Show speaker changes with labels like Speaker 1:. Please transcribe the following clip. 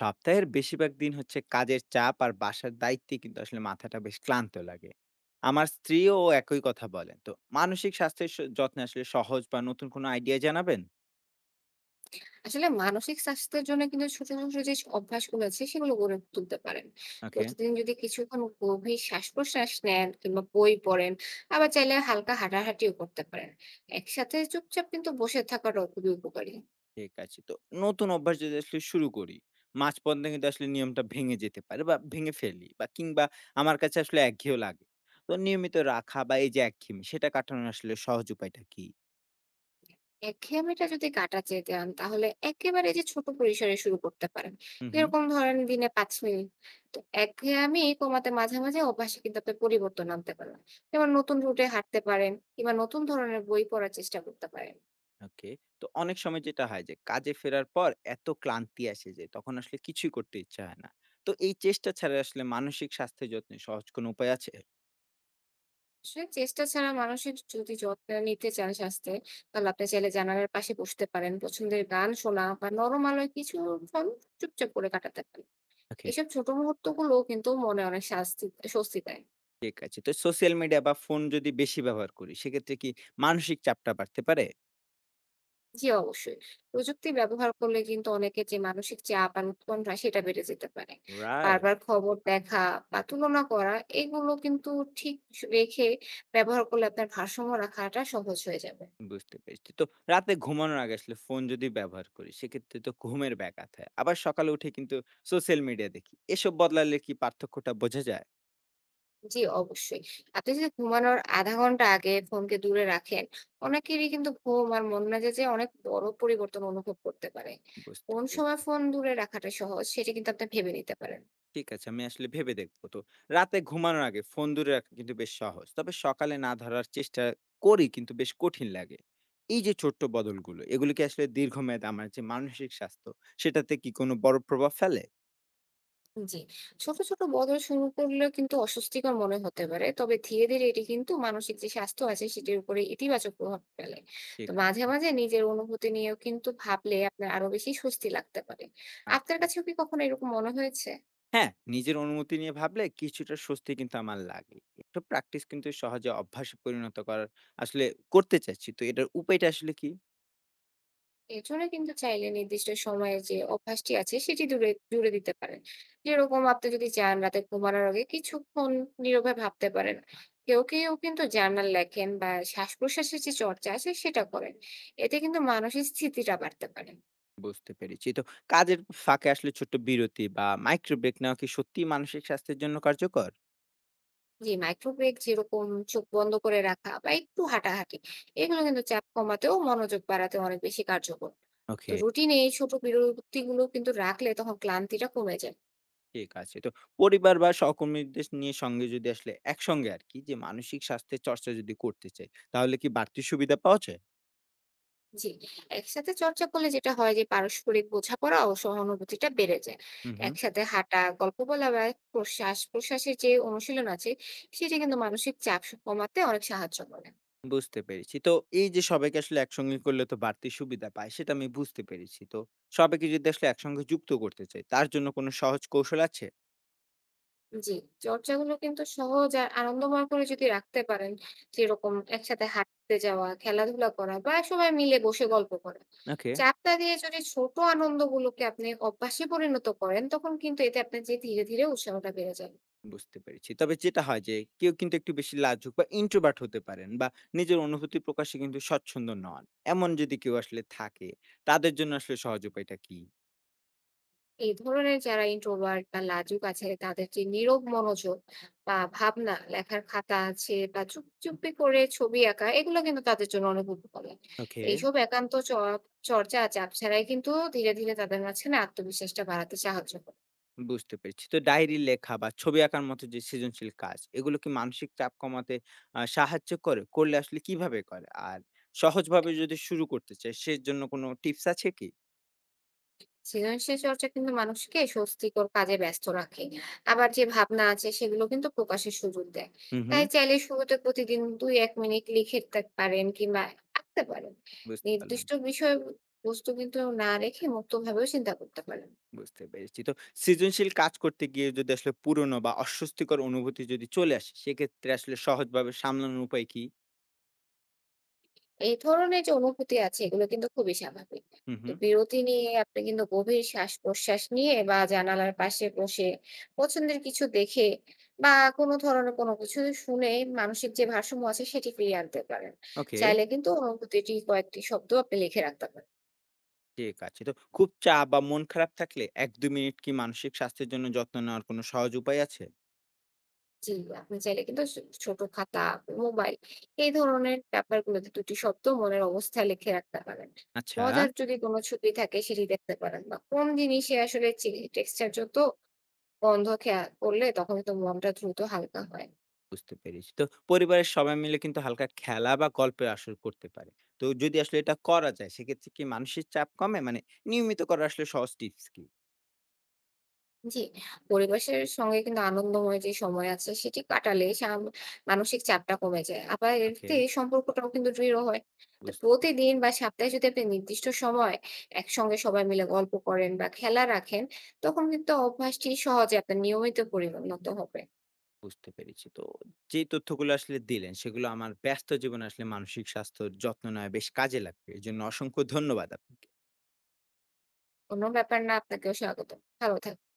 Speaker 1: সপ্তাহের বেশিরভাগ দিন হচ্ছে কাজের চাপ আর বাসার দায়িত্বে কিন্তু মাথাটা বেশ ক্লান্ত লাগে। আমার স্ত্রীও একই কথা বলেন তো। মানসিক স্বাস্থ্যের যত্নে সহজ বা নতুন কোনো আইডিয়া জানাবেন।
Speaker 2: আসলে মানসিক স্বাস্থ্যের জন্য কিন্তু ছোট ছোট যে অভ্যাসগুলো আছে সেগুলো গড়ে তুলতে পারেন।
Speaker 1: ওকে।
Speaker 2: প্রতিদিন যদি কিছুক্ষণ গভীর শ্বাস প্রশ্বাস নেন কিংবা বই পড়েন, আবার চাইলে হালকা হাঁটাহাঁটিও করতে পারেন। একসাথে চুপচাপ কিন্তু বসে থাকাটাও খুবই উপকারী।
Speaker 1: ঠিক আছে তো। নতুন অভ্যাস যদি শুরু করি, মাঝপথে কিন্তু নিয়মটা ভেঙে যেতে পারে বা ভেঙে ফেলি বা কিংবা আমার কাছে একঘেয়েও লাগে। তো নিয়মিত রাখা বা এই যে একঘেয়েমি সেটা কাটানোর সহজ উপায়টা কি?
Speaker 2: একঘেয়েমিটা যদি কাটাতে চান, তাহলে একেবারে যে ছোট পরিসরে শুরু করতে পারেন।
Speaker 1: হুম হুম।
Speaker 2: যেরকম ধরেন দিনে ৫ মিনিট। তো একঘেয়েমি কমাতে মাঝে মাঝে অভ্যাসে কিন্তু আপনি পরিবর্তন আনতে পারেন। যেমন নতুন রুটে হাঁটতে পারেন কিংবা নতুন ধরনের বই পড়ার চেষ্টা করতে পারেন।
Speaker 1: ওকে। তো অনেক সময় যেটা হয় যে কাজে ফেরার পর এত ক্লান্তি আসে যে তখন কিছুই করতে ইচ্ছা হয় না। তো এই চেষ্টা ছাড়া মানসিক স্বাস্থ্যের যত্নে সহজ কোনো উপায় আছে?
Speaker 2: আসলে চেষ্টা ছাড়া মানুষের যদি যত্ন নিতে চান স্বাস্থ্যে, তাহলে আপনি চাইলে জানালার পাশে বসতে পারেন, পছন্দের গান শোনা বা নরম আলোয় কিছু ক্ষণ চুপচাপ করে কাটাতে পারেন।
Speaker 1: ওকে।
Speaker 2: এইসব ছোট মুহূর্ত গুলো কিন্তু মনে অনেক স্বস্তি দেয়।
Speaker 1: ঠিক আছে। তো সোশ্যাল মিডিয়া বা ফোন যদি বেশি ব্যবহার করি সেক্ষেত্রে কি মানসিক চাপটা বাড়তে পারে?
Speaker 2: জি, অবশ্যই। প্রযুক্তি ব্যবহার করলে কিন্তু অনেকের যে মানসিক চাপ আর উৎকণ্ঠা সেটা বেড়ে যেতে পারে।
Speaker 1: রাইট।
Speaker 2: বারবার খবর দেখা বা তুলনা করা এগুলো কিন্তু ঠিক রেখে ব্যবহার করলে আপনার ভারসাম্য রাখাটা সহজ হয়ে যাবে।
Speaker 1: বুঝতে পেরেছি। তো রাতে ঘুমানোর আগে ফোন যদি ব্যবহার করি সেক্ষেত্রে তো ঘুমের ব্যাঘাত হয়। আবার সকালে উঠে কিন্তু সোশ্যাল মিডিয়া দেখি। এসব বদলালে কি পার্থক্যটা বোঝা যায়?
Speaker 2: জি, অবশ্যই। আপনি যদি ঘুমানোর ০.৫ ঘন্টা আগে ফোনকে দূরে রাখেন, অনেকেরই কিন্তু ঘুম আর মন মেজাজে অনেক বড় পরিবর্তন অনুভব করতে পারে।
Speaker 1: বুঝতে
Speaker 2: কোন সময়
Speaker 1: পেরেছি।
Speaker 2: ফোন দূরে রাখাটা সহজ, সেটা কিন্তু আপনি ভেবে নিতে পারেন।
Speaker 1: ঠিক আছে, আমি ভেবে দেখব তো। রাতে ঘুমানোর আগে ফোন দূরে রাখা কিন্তু বেশ সহজ। তবে সকালে না ধরার চেষ্টা করি কিন্তু বেশ কঠিন লাগে। এই যে ছোট্ট বদলগুলো, এগুলো কি আসলে দীর্ঘমেয়াদে আমার যে মানসিক স্বাস্থ্য, সেটাতে কি কোনো বড় প্রভাব ফেলে?
Speaker 2: জি, ছোট, ছোট বদল শুরু করলেও কিন্তু অস্বস্তিকর মনে হতে পারে। তবে ধীরে, ধীরে এটি কিন্তু মানসিক যে স্বাস্থ্য আছে, সেটির উপরে ইতিবাচক প্রভাব ফেলে। তো
Speaker 1: ঠিক আছে,
Speaker 2: মাঝে, মাঝে নিজের অনুভূতি নিয়েও কিন্তু ভাবলে আপনার আরো বেশি স্বস্তি লাগতে পারে। আপনার
Speaker 1: আচ্ছা।
Speaker 2: কাছেও কি কখনো এরকম মনে হয়েছে?
Speaker 1: হ্যাঁ, নিজের অনুমতি নিয়ে ভাবলে কিছুটা স্বস্তি কিন্তু আমার লাগে। একটু প্র্যাকটিস কিন্তু সহজে অভ্যাসে পরিণত করার আসলে করতে চাচ্ছি। তো এটার উপায়টা কি?
Speaker 2: এর জন্য কিন্তু চাইলে নির্দিষ্ট সময়ে যে অভ্যাসটি আছে সেটি দূরে জুড়ে দিতে পারেন। যেরকম আপনি যদি চান রাতে ঘুমানোর আগে কিছুক্ষণ নীরবে ভাবতে পারেন। কেউ কেউ কিন্তু জার্নাল লেখেন বা শ্বাস প্রশ্বাসের যে চর্চা আছে সেটা করেন। এতে কিন্তু মানসিক স্থিতিটা বাড়তে পারে।
Speaker 1: বুঝতে পেরেছি। তো কাজের ফাঁকে ছোট্ট বিরতি বা মাইক্রো ব্রেক নেওয়া কি সত্যিই মানসিক স্বাস্থ্যের জন্য কার্যকর?
Speaker 2: যে মাইক্রো ব্রেক, যেরকম চোখ বন্ধ করে রাখা বা একটু হাঁটাহাঁটি, এগুলো কিন্তু চাপ কমাতেও মনোযোগ বাড়াতে অনেক বেশি কার্যকর। তো
Speaker 1: ওকে,
Speaker 2: রুটিনে এই ছোট বিরতিগুলো কিন্তু রাখলে তখন ক্লান্তিটা কমে যায়।
Speaker 1: ঠিক আছে। তো পরিবার বা সহকর্মীদের নিয়ে সঙ্গে যদি একসঙ্গে আরকি যে মানসিক স্বাস্থ্যের চর্চা যদি করতে চাই, তাহলে কি বাড়তি সুবিধা পাওয়া যায়?
Speaker 2: জি, একসাথে চর্চা করলে যেটা হয় যে পারস্পরিক বোঝাপড়া ও সহানুভূতিটা বেড়ে যায়।
Speaker 1: হুম, হুম।
Speaker 2: একসাথে হাঁটা, গল্প বলা বা প্রশ্বাস প্রশ্বাসের যে অনুশীলন আছে সেটা কিন্তু মানসিক চাপ কমাতে অনেক সাহায্য করে।
Speaker 1: বুঝতে পেরেছি। তো এই যে সবাইকে একসঙ্গে করলে তো বাড়তি সুবিধা পায়, সেটা আমি বুঝতে পেরেছি। তো সবাইকে যদি একসঙ্গে যুক্ত করতে চাই, তার জন্য কোনো সহজ কৌশল আছে?
Speaker 2: জি, চর্চাগুলো কিন্তু সহজ আর আনন্দময় করে যদি রাখতে পারেন, যেরকম একসাথে হাঁটতে যাওয়া, খেলাধুলা করা বা সবাই মিলে বসে গল্প করা।
Speaker 1: ওকে।
Speaker 2: চাপটা দিয়ে যদি ছোট আনন্দগুলোকে আপনি অভ্যাসে পরিণত করেন, তখন কিন্তু এতে আপনার যে ধীরে ধীরে উৎসাহটা বেড়ে যায়।
Speaker 1: বুঝতে পেরেছি। তবে যেটা হয় যে কেউ কিন্তু একটু বেশি লাজুক বা introvert হতে পারেন বা নিজের অনুভূতি প্রকাশে কিন্তু স্বচ্ছন্দ নন। এমন যদি কেউ থাকে, তাদের জন্য সহজ উপায়টা কি?
Speaker 2: এই ধরনের যারা introvert বা লাজুক আছে তাদের যে নীরব মনোযোগ বা ভাবনা লেখার খাতা আছে বা চুপচুপি করে ছবি আঁকা, এগুলো কিন্তু তাদের জন্য অনেক উপকারী।
Speaker 1: ওকে,
Speaker 2: এইসব একান্ত চর্চা চাপ ছাড়াই কিন্তু ধীরে ধীরে তাদের মাঝখানে আত্মবিশ্বাসটা বাড়াতে সাহায্য করে।
Speaker 1: বুঝতে পেরেছি। তো ডায়েরি লেখা বা ছবি আঁকার মতো যে সৃজনশীল কাজ, এগুলো কি মানসিক চাপ কমাতে সাহায্য করে? করলে কিভাবে করে? আর সহজভাবে যদি শুরু করতে চায়, সেজন্য কোনো টিপস আছে কি?
Speaker 2: সৃজনশীল চর্চা কিন্তু মানুষকে স্বস্তিকর কাজে ব্যস্ত রাখে, আবার যে ভাবনা আছে সেগুলো কিন্তু প্রকাশের সুযোগ দেয়।
Speaker 1: হুম, হুম।
Speaker 2: তাই চাইলে শুরুতে প্রতিদিন দুই এক মিনিট লিখে পারেন কিংবা আঁকতে পারেন।
Speaker 1: বুঝতে পারলাম।
Speaker 2: নির্দিষ্ট বিষয় বস্তু কিন্তু না রেখে মুক্তভাবেও চিন্তা করতে পারেন।
Speaker 1: বুঝতে পেরেছি। তো সৃজনশীল কাজ করতে গিয়ে যদি পুরনো বা অস্বস্তিকর অনুভূতি যদি চলে আসে, সেক্ষেত্রে সহজভাবে সামলানোর উপায় কি?
Speaker 2: এই ধরনের যে অনুভূতি আছে এগুলো কিন্তু খুবই স্বাভাবিক।
Speaker 1: হুম,
Speaker 2: তো
Speaker 1: হুম।
Speaker 2: বিরতি নিয়ে আপনি কিন্তু গভীর শ্বাস-প্রশ্বাস নিয়ে বা জানালার পাশে বসে পছন্দের কিছু দেখে বা কোনো ধরনের কোনো কিছু শুনে মানসিক যে ভারসাম্য আছে সেটি ফিরিয়ে আনতে পারেন।
Speaker 1: ওকে।
Speaker 2: চাইলে কিন্তু অনুভূতিটি কয়েকটি শব্দ আপনি লিখে রাখতে পারেন।
Speaker 1: ঠিক আছে। তো খুব চাপ বা মন খারাপ থাকলে ১-২ মিনিট কি মানসিক স্বাস্থ্যের জন্য যত্ন নেওয়ার কোনো সহজ উপায় আছে?
Speaker 2: জি, আপনি চাইলে কিন্তু ছোট খাতা, মোবাইল এই ধরনের ব্যাপারগুলোতে ২টি টি শব্দ মনের অবস্থায় লিখে রাখতে পারেন।
Speaker 1: আচ্ছা।
Speaker 2: মজার যদি কোনো ছবি থাকে সেটি দেখতে পারেন বা কোন জিনিসে আসলে টেক্সচার যত বন্ধ খেয়া করলে তখন কিন্তু মনটা দ্রুত হালকা হয়।
Speaker 1: বুঝতে পেরেছি। তো পরিবারের সবাই মিলে কিন্তু হালকা খেলা বা গল্পের আসর করতে পারে। তো যদি এটা করা যায়, সেক্ষেত্রে কি মানসিক চাপ কমে? মানে নিয়মিত করার সহজ টিপস কি?
Speaker 2: জি, পরিবেশের সঙ্গে কিন্তু আনন্দময় যে সময় আছে সেটি কাটালে মানসিক চাপটা কমে যায়। আবার
Speaker 1: ওকে।
Speaker 2: এতে সম্পর্কটাও কিন্তু দৃঢ় হয়। তো
Speaker 1: বুঝতে
Speaker 2: প্রতিদিন বা সপ্তাহে যদি আপনি নির্দিষ্ট সময় একসঙ্গে সবাই মিলে গল্প করেন বা খেলা রাখেন, তখন কিন্তু অভ্যাসটি সহজে আপনার নিয়মিত পরিণত হবে।
Speaker 1: বুঝতে পেরেছি। তো যে তথ্যগুলো দিলেন সেগুলো আমার ব্যস্ত জীবনে মানসিক স্বাস্থ্যর যত্ন নেওয়া বেশ কাজে লাগবে। এজন্য অসংখ্য ধন্যবাদ আপনাকে।
Speaker 2: কোনো ব্যাপার না, আপনাকেও স্বাগতম। ভালো থাকবেন।